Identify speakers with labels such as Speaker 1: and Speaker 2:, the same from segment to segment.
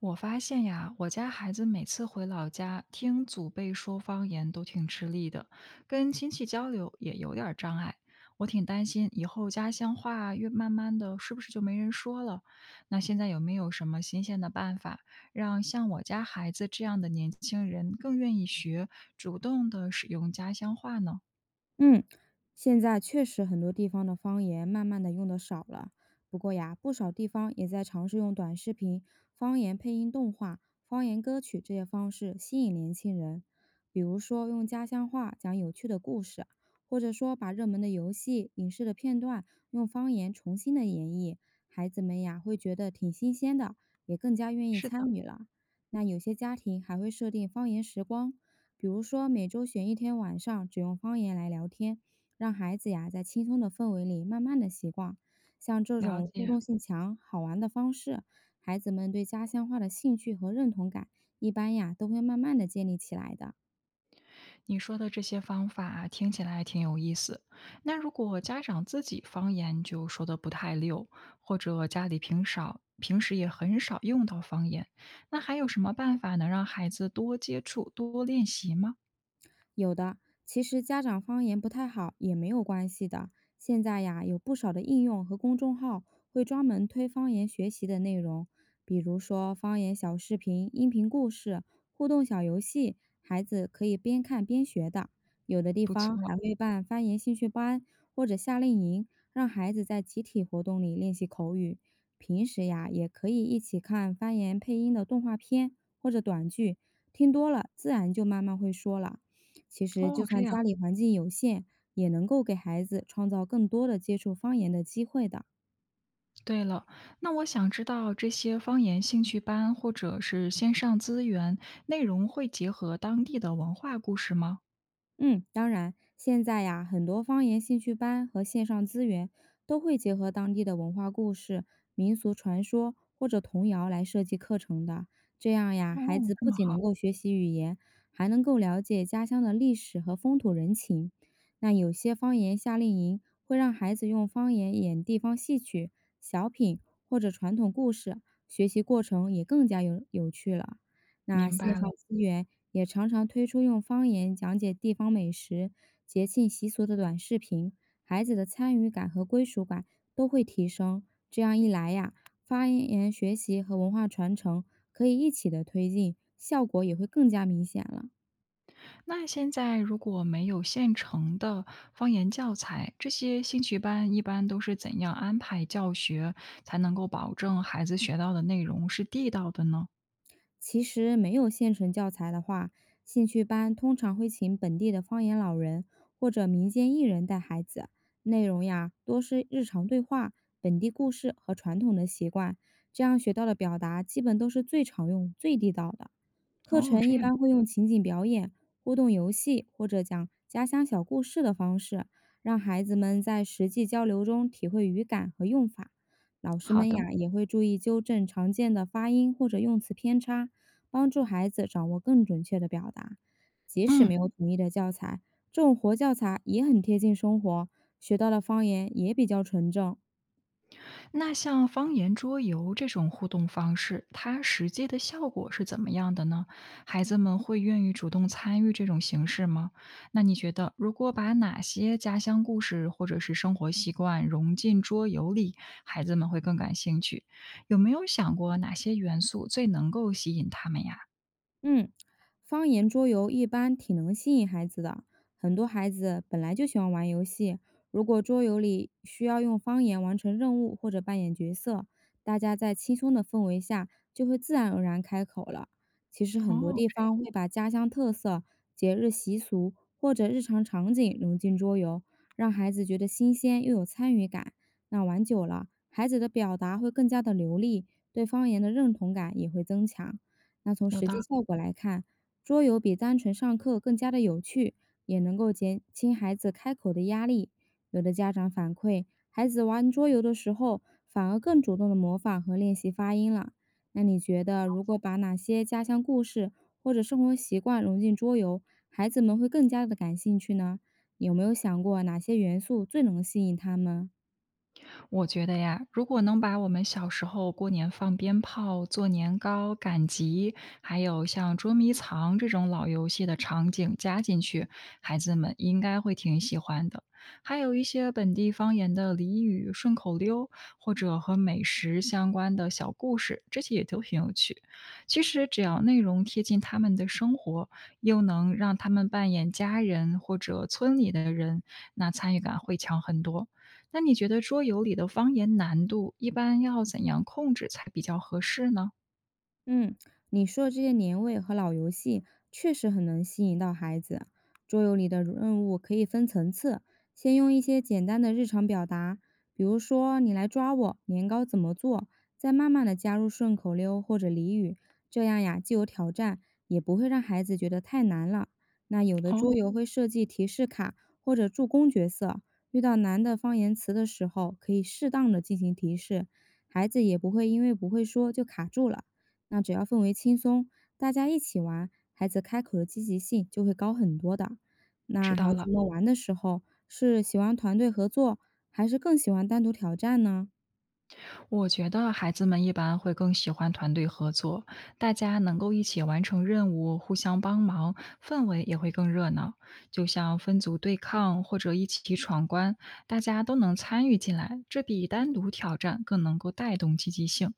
Speaker 1: 我发现呀，我家孩子每次回老家听祖辈说方言都挺吃力的，跟亲戚交流也有点儿障碍。我挺担心以后家乡话越慢慢的是不是就没人说了？那现在有没有什么新鲜的办法，让像我家孩子这样的年轻人更愿意学，主动的使用家乡话呢？
Speaker 2: 嗯，现在确实很多地方的方言慢慢的用的少了，不过呀，不少地方也在尝试用短视频、方言配音动画、方言歌曲这些方式吸引年轻人。比如说用家乡话讲有趣的故事，或者说把热门的游戏、影视的片段用方言重新的演绎，孩子们呀会觉得挺新鲜的，也更加愿意
Speaker 1: 是
Speaker 2: 参
Speaker 1: 的，
Speaker 2: 与了。那有些家庭还会设定方言时光，比如说每周选一天晚上，只用方言来聊天，让孩子呀在轻松的氛围里慢慢的习惯。像这
Speaker 1: 了
Speaker 2: 种互
Speaker 1: 解。
Speaker 2: 动性强、好玩的方式，孩子们对家乡话的兴趣和认同感，一般呀都会慢慢的建立起来的。
Speaker 1: 你说的这些方法啊听起来挺有意思。那如果家长自己方言就说的不太溜，或者家里平少平时也很少用到方言，那还有什么办法能让孩子多接触、多练习吗？
Speaker 2: 有的，其实家长方言不太好也没有关系的。现在呀，有不少的应用和公众号会专门推方言学习的内容，比如说方言小视频、音频故事、互动小游戏，孩子可以边看边学的。有的地
Speaker 1: 不错
Speaker 2: 方还会办方言兴趣班或者夏令营，让孩子在集体活动里练习口语。平时呀，也可以一起看方言配音的动画片或者短剧，听多了自然就慢慢会说了。其实，就
Speaker 1: 哦，这
Speaker 2: 算
Speaker 1: 样。
Speaker 2: 家里环境有限，也能够给孩子创造更多的接触方言的机会的。
Speaker 1: 对了，那我想知道这些方言兴趣班或者是线上资源内容会结合当地的文化故事吗？
Speaker 2: 嗯，当然，现在呀，很多方言兴趣班和线上资源都会结合当地的文化故事、民俗传说或者童谣来设计课程的。这样呀，
Speaker 1: 哦，
Speaker 2: 孩子
Speaker 1: 这
Speaker 2: 不
Speaker 1: 么
Speaker 2: 仅能
Speaker 1: 好，
Speaker 2: 够学习语言，还能够了解家乡的历史和风土人情。那有些方言夏令营会让孩子用方言演地方戏曲、小品或者传统故事，学习过程也更加有趣了。那
Speaker 1: 明
Speaker 2: 线
Speaker 1: 白
Speaker 2: 上
Speaker 1: 了。
Speaker 2: 资源也常常推出用方言讲解地方美食、节庆习俗的短视频，孩子的参与感和归属感都会提升。这样一来呀，方言学习和文化传承可以一起的推进，效果也会更加明显了。
Speaker 1: 那现在如果没有现成的方言教材，这些兴趣班一般都是怎样安排教学，才能够保证孩子学到的内容是地道的呢？
Speaker 2: 其实没有现成教材的话，兴趣班通常会请本地的方言老人或者民间艺人带孩子，内容呀多是日常对话、本地故事和传统的习惯，这样学到的表达基本都是最常用、最地道的。课
Speaker 1: 哦，
Speaker 2: 程
Speaker 1: 这
Speaker 2: 一
Speaker 1: 样，
Speaker 2: 般会用情景表演、互动游戏或者讲家乡小故事的方式，让孩子们在实际交流中体会语感和用法。老师
Speaker 1: 好
Speaker 2: 们
Speaker 1: 的，
Speaker 2: 呀也会注意纠正常见的发音或者用词偏差，帮助孩子掌握更准确的表达。即使没
Speaker 1: 嗯。
Speaker 2: 有统一的教材，这种活教材也很贴近生活，学到的方言也比较纯正。
Speaker 1: 那像方言桌游这种互动方式，它实际的效果是怎么样的呢？孩子们会愿意主动参与这种形式吗？那你觉得，如果把哪些家乡故事或者是生活习惯融进桌游里，孩子们会更感兴趣？有没有想过哪些元素最能够吸引他们呀？
Speaker 2: 嗯，方言桌游一般挺能吸引孩子的，很多孩子本来就喜欢玩游戏。如果桌游里需要用方言完成任务或者扮演角色，大家在轻松的氛围下就会自然而然开口了。其实很多
Speaker 1: 哦，
Speaker 2: 地方会把家乡特色、节日习俗或者日常场景融进桌游，让孩子觉得新鲜又有参与感。那玩久了，孩子的表达会更加的流利，对方言的认同感也会增强。那从
Speaker 1: 有
Speaker 2: 实
Speaker 1: 道
Speaker 2: 际效
Speaker 1: 理。
Speaker 2: 果来看，桌游比单纯上课更加的有趣，也能够减轻孩子开口的压力。有的家长反馈，孩子玩桌游的时候，反而更主动的模仿和练习发音了。那你觉得，如果把哪些家乡故事或者生活习惯融进桌游，孩子们会更加的感兴趣呢？有没有想过哪些元素最能吸引他们？
Speaker 1: 我觉得呀，如果能把我们小时候过年放鞭炮、做年糕、赶集，还有像捉迷藏这种老游戏的场景加进去，孩子们应该会挺喜欢的。还有一些本地方言的俚语、顺口溜，或者和美食相关的小故事，这些也都挺有趣。其实只要内容贴近他们的生活，又能让他们扮演家人或者村里的人，那参与感会强很多。那你觉得桌游里的方言难度一般要怎样控制才比较合适呢？
Speaker 2: 嗯，你说的这些年味和老游戏确实很能吸引到孩子。桌游里的任务可以分层次，先用一些简单的日常表达，比如说“你来抓我”，年糕怎么做，再慢慢的加入顺口溜或者俚语，这样呀既有挑战，也不会让孩子觉得太难了。那有的
Speaker 1: 哦，
Speaker 2: 桌游会设计提示卡或者助攻角色，遇到难的方言词的时候，可以适当的进行提示，孩子也不会因为不会说就卡住了。那只要氛围轻松，大家一起玩，孩子开口的积极性就会高很多的。那
Speaker 1: 知
Speaker 2: 孩
Speaker 1: 道
Speaker 2: 子
Speaker 1: 了，
Speaker 2: 们玩的时候，是喜欢团队合作，还是更喜欢单独挑战呢？
Speaker 1: 我觉得孩子们一般会更喜欢团队合作，大家能够一起完成任务，互相帮忙，氛围也会更热闹。就像分组对抗或者一起闯关，大家都能参与进来，这比单独挑战更能够带动积极性。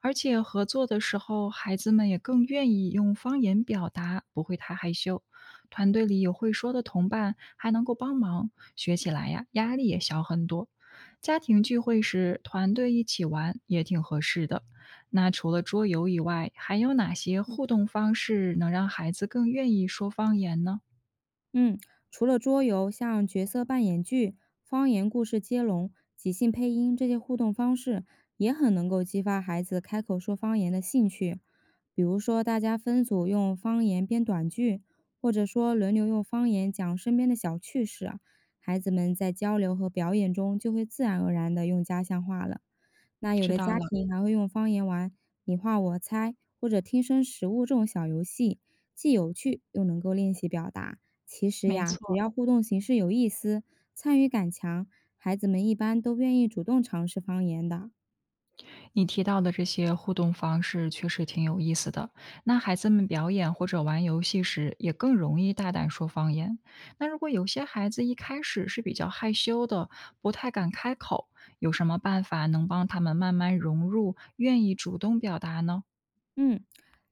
Speaker 1: 而且合作的时候，孩子们也更愿意用方言表达，不会太害羞。团队里有会说的同伴，还能够帮忙，学起来呀，压力也小很多。家庭聚会时，团队一起玩也挺合适的。那除了桌游以外，还有哪些互动方式能让孩子更愿意说方言呢？
Speaker 2: 嗯，除了桌游，像角色扮演剧、方言故事接龙、即兴配音这些互动方式，也很能够激发孩子开口说方言的兴趣。比如说，大家分组用方言编短剧，或者说轮流用方言讲身边的小趣事啊孩子们在交流和表演中就会自然而然地用家乡话了。那有
Speaker 1: 知
Speaker 2: 的
Speaker 1: 道
Speaker 2: 家
Speaker 1: 了，
Speaker 2: 庭还会用方言玩你画我猜或者听声识物这种小游戏，既有趣又能够练习表达。其实
Speaker 1: 没
Speaker 2: 呀，只
Speaker 1: 错。
Speaker 2: 要互动形式有意思，参与感强，孩子们一般都愿意主动尝试方言的。
Speaker 1: 你提到的这些互动方式确实挺有意思的。那孩子们表演或者玩游戏时，也更容易大胆说方言。那如果有些孩子一开始是比较害羞的，不太敢开口，有什么办法能帮他们慢慢融入，愿意主动表达呢？
Speaker 2: 嗯，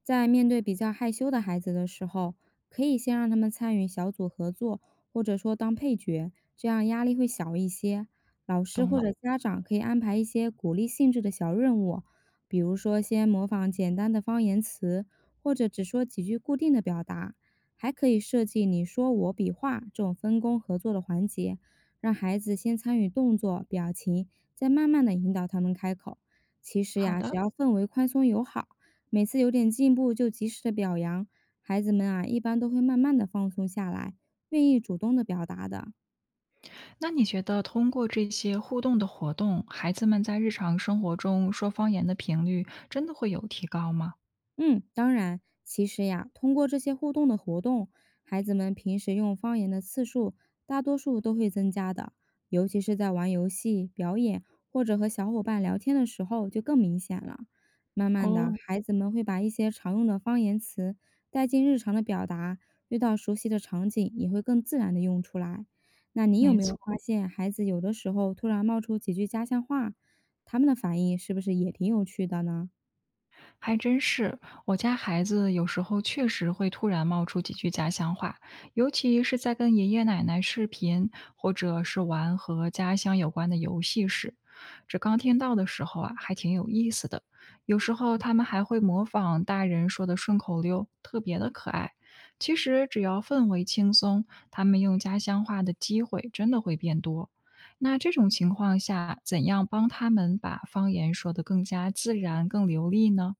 Speaker 2: 在面对比较害羞的孩子的时候，可以先让他们参与小组合作，或者说当配角，这样压力会小一些。老师
Speaker 1: 懂
Speaker 2: 或
Speaker 1: 了。
Speaker 2: 者家长可以安排一些鼓励性质的小任务，比如说先模仿简单的方言词，或者只说几句固定的表达。还可以设计你说我比划这种分工合作的环节，让孩子先参与动作、表情，再慢慢的引导他们开口。其实
Speaker 1: 好
Speaker 2: 呀，只
Speaker 1: 的，
Speaker 2: 要氛围宽松友好。每次有点进步就及时的表扬，孩子们啊一般都会慢慢的放松下来，愿意主动的表达的。
Speaker 1: 那你觉得通过这些互动的活动，孩子们在日常生活中说方言的频率真的会有提高吗？
Speaker 2: 嗯，当然，其实呀，通过这些互动的活动，孩子们平时用方言的次数大多数都会增加的，尤其是在玩游戏、表演或者和小伙伴聊天的时候，就更明显了。慢慢的，
Speaker 1: 哦，
Speaker 2: 孩子们会把一些常用的方言词带进日常的表达，遇到熟悉的场景也会更自然的用出来。那你有
Speaker 1: 没
Speaker 2: 没
Speaker 1: 错。
Speaker 2: 有发现，孩子有的时候突然冒出几句家乡话，他们的反应是不是也挺有趣的呢？
Speaker 1: 还真是，我家孩子有时候确实会突然冒出几句家乡话，尤其是在跟爷爷奶奶视频，或者是玩和家乡有关的游戏时，这刚听到的时候啊，还挺有意思的。有时候他们还会模仿大人说的顺口溜，特别的可爱。其实只要氛围轻松，他们用家乡话的机会真的会变多。那这种情况下，怎样帮他们把方言说得更加自然、更流利呢？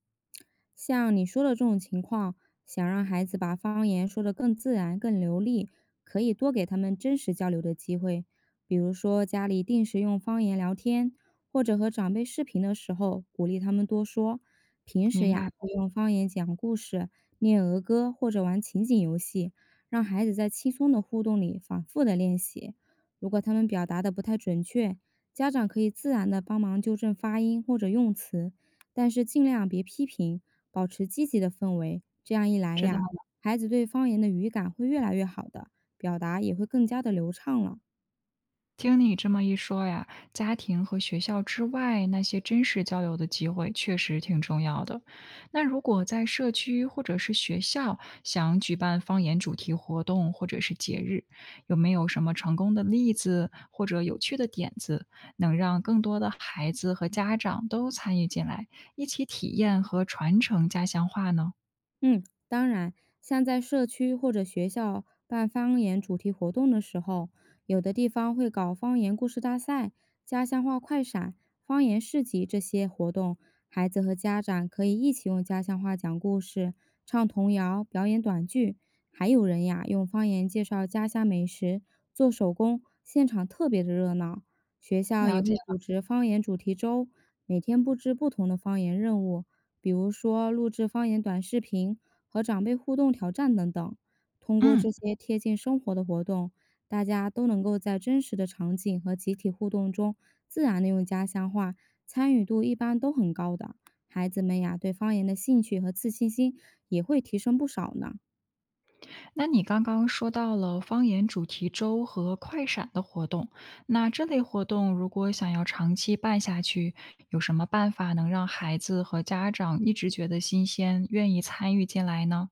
Speaker 2: 像你说的这种情况，想让孩子把方言说得更自然、更流利，可以多给他们真实交流的机会，比如说家里定时用方言聊天，或者和长辈视频的时候鼓励他们多说。平时
Speaker 1: 明
Speaker 2: 呀，
Speaker 1: 白了
Speaker 2: 可以用方言讲故事、念儿歌或者玩情景游戏，让孩子在轻松的互动里反复的练习。如果他们表达的不太准确，家长可以自然的帮忙纠正发音或者用词，但是尽量别批评，保持积极的氛围。这样一来
Speaker 1: 知道
Speaker 2: 呀，
Speaker 1: 了。
Speaker 2: 孩子对方言的语感会越来越好的，表达也会更加的流畅了。
Speaker 1: 听你这么一说呀，家庭和学校之外那些真实交流的机会确实挺重要的。那如果在社区或者是学校想举办方言主题活动或者是节日，有没有什么成功的例子或者有趣的点子，能让更多的孩子和家长都参与进来，一起体验和传承家乡话呢？
Speaker 2: 嗯，当然，像在社区或者学校办方言主题活动的时候，有的地方会搞方言故事大赛、家乡话快闪、方言市集这些活动，孩子和家长可以一起用家乡话讲故事、唱童谣、表演短剧，还有人呀用方言介绍家乡美食、做手工，现场特别的热闹。学校也
Speaker 1: 了解
Speaker 2: 会组
Speaker 1: 了
Speaker 2: 织方言主题周，每天布置不同的方言任务。比如说录制方言短视频和长辈互动挑战等等。通过
Speaker 1: 嗯。
Speaker 2: 这些贴近生活的活动，大家都能够在真实的场景和集体互动中自然的用家乡话，参与度一般都很高的。孩子们呀，对方言的兴趣和自信心也会提升不少呢。
Speaker 1: 那你刚刚说到了方言主题周和快闪的活动，那这类活动如果想要长期办下去，有什么办法能让孩子和家长一直觉得新鲜，愿意参与进来呢？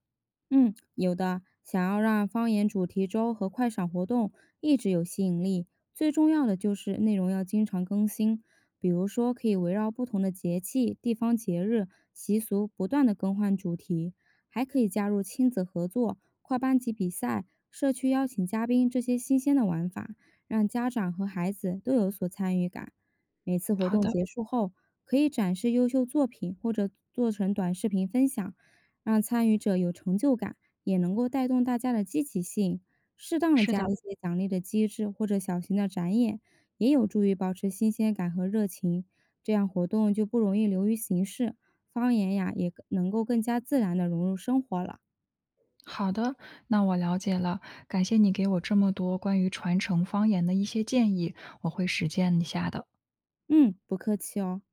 Speaker 2: 嗯，有的。想要让方言主题周和快闪活动一直有吸引力，最重要的就是内容要经常更新。比如说，可以围绕不同的节气、地方节日、习俗不断的更换主题，还可以加入亲子合作、跨班级比赛、社区邀请嘉宾这些新鲜的玩法，让家长和孩子都有所参与感。每次活
Speaker 1: 好
Speaker 2: 动
Speaker 1: 的，
Speaker 2: 结束后，可以展示优秀作品或者做成短视频分享。让参与者有成就感，也能够带动大家的积极性。适当的
Speaker 1: 是
Speaker 2: 加
Speaker 1: 的，
Speaker 2: 一些奖励的机制或者小型的展演，也有助于保持新鲜感和热情，这样活动就不容易流于形式，方言呀也更能够更加自然的融入生活了。
Speaker 1: 好的，那我了解了，感谢你给我这么多关于传承方言的一些建议，我会实践一下的。
Speaker 2: 嗯，不客气哦。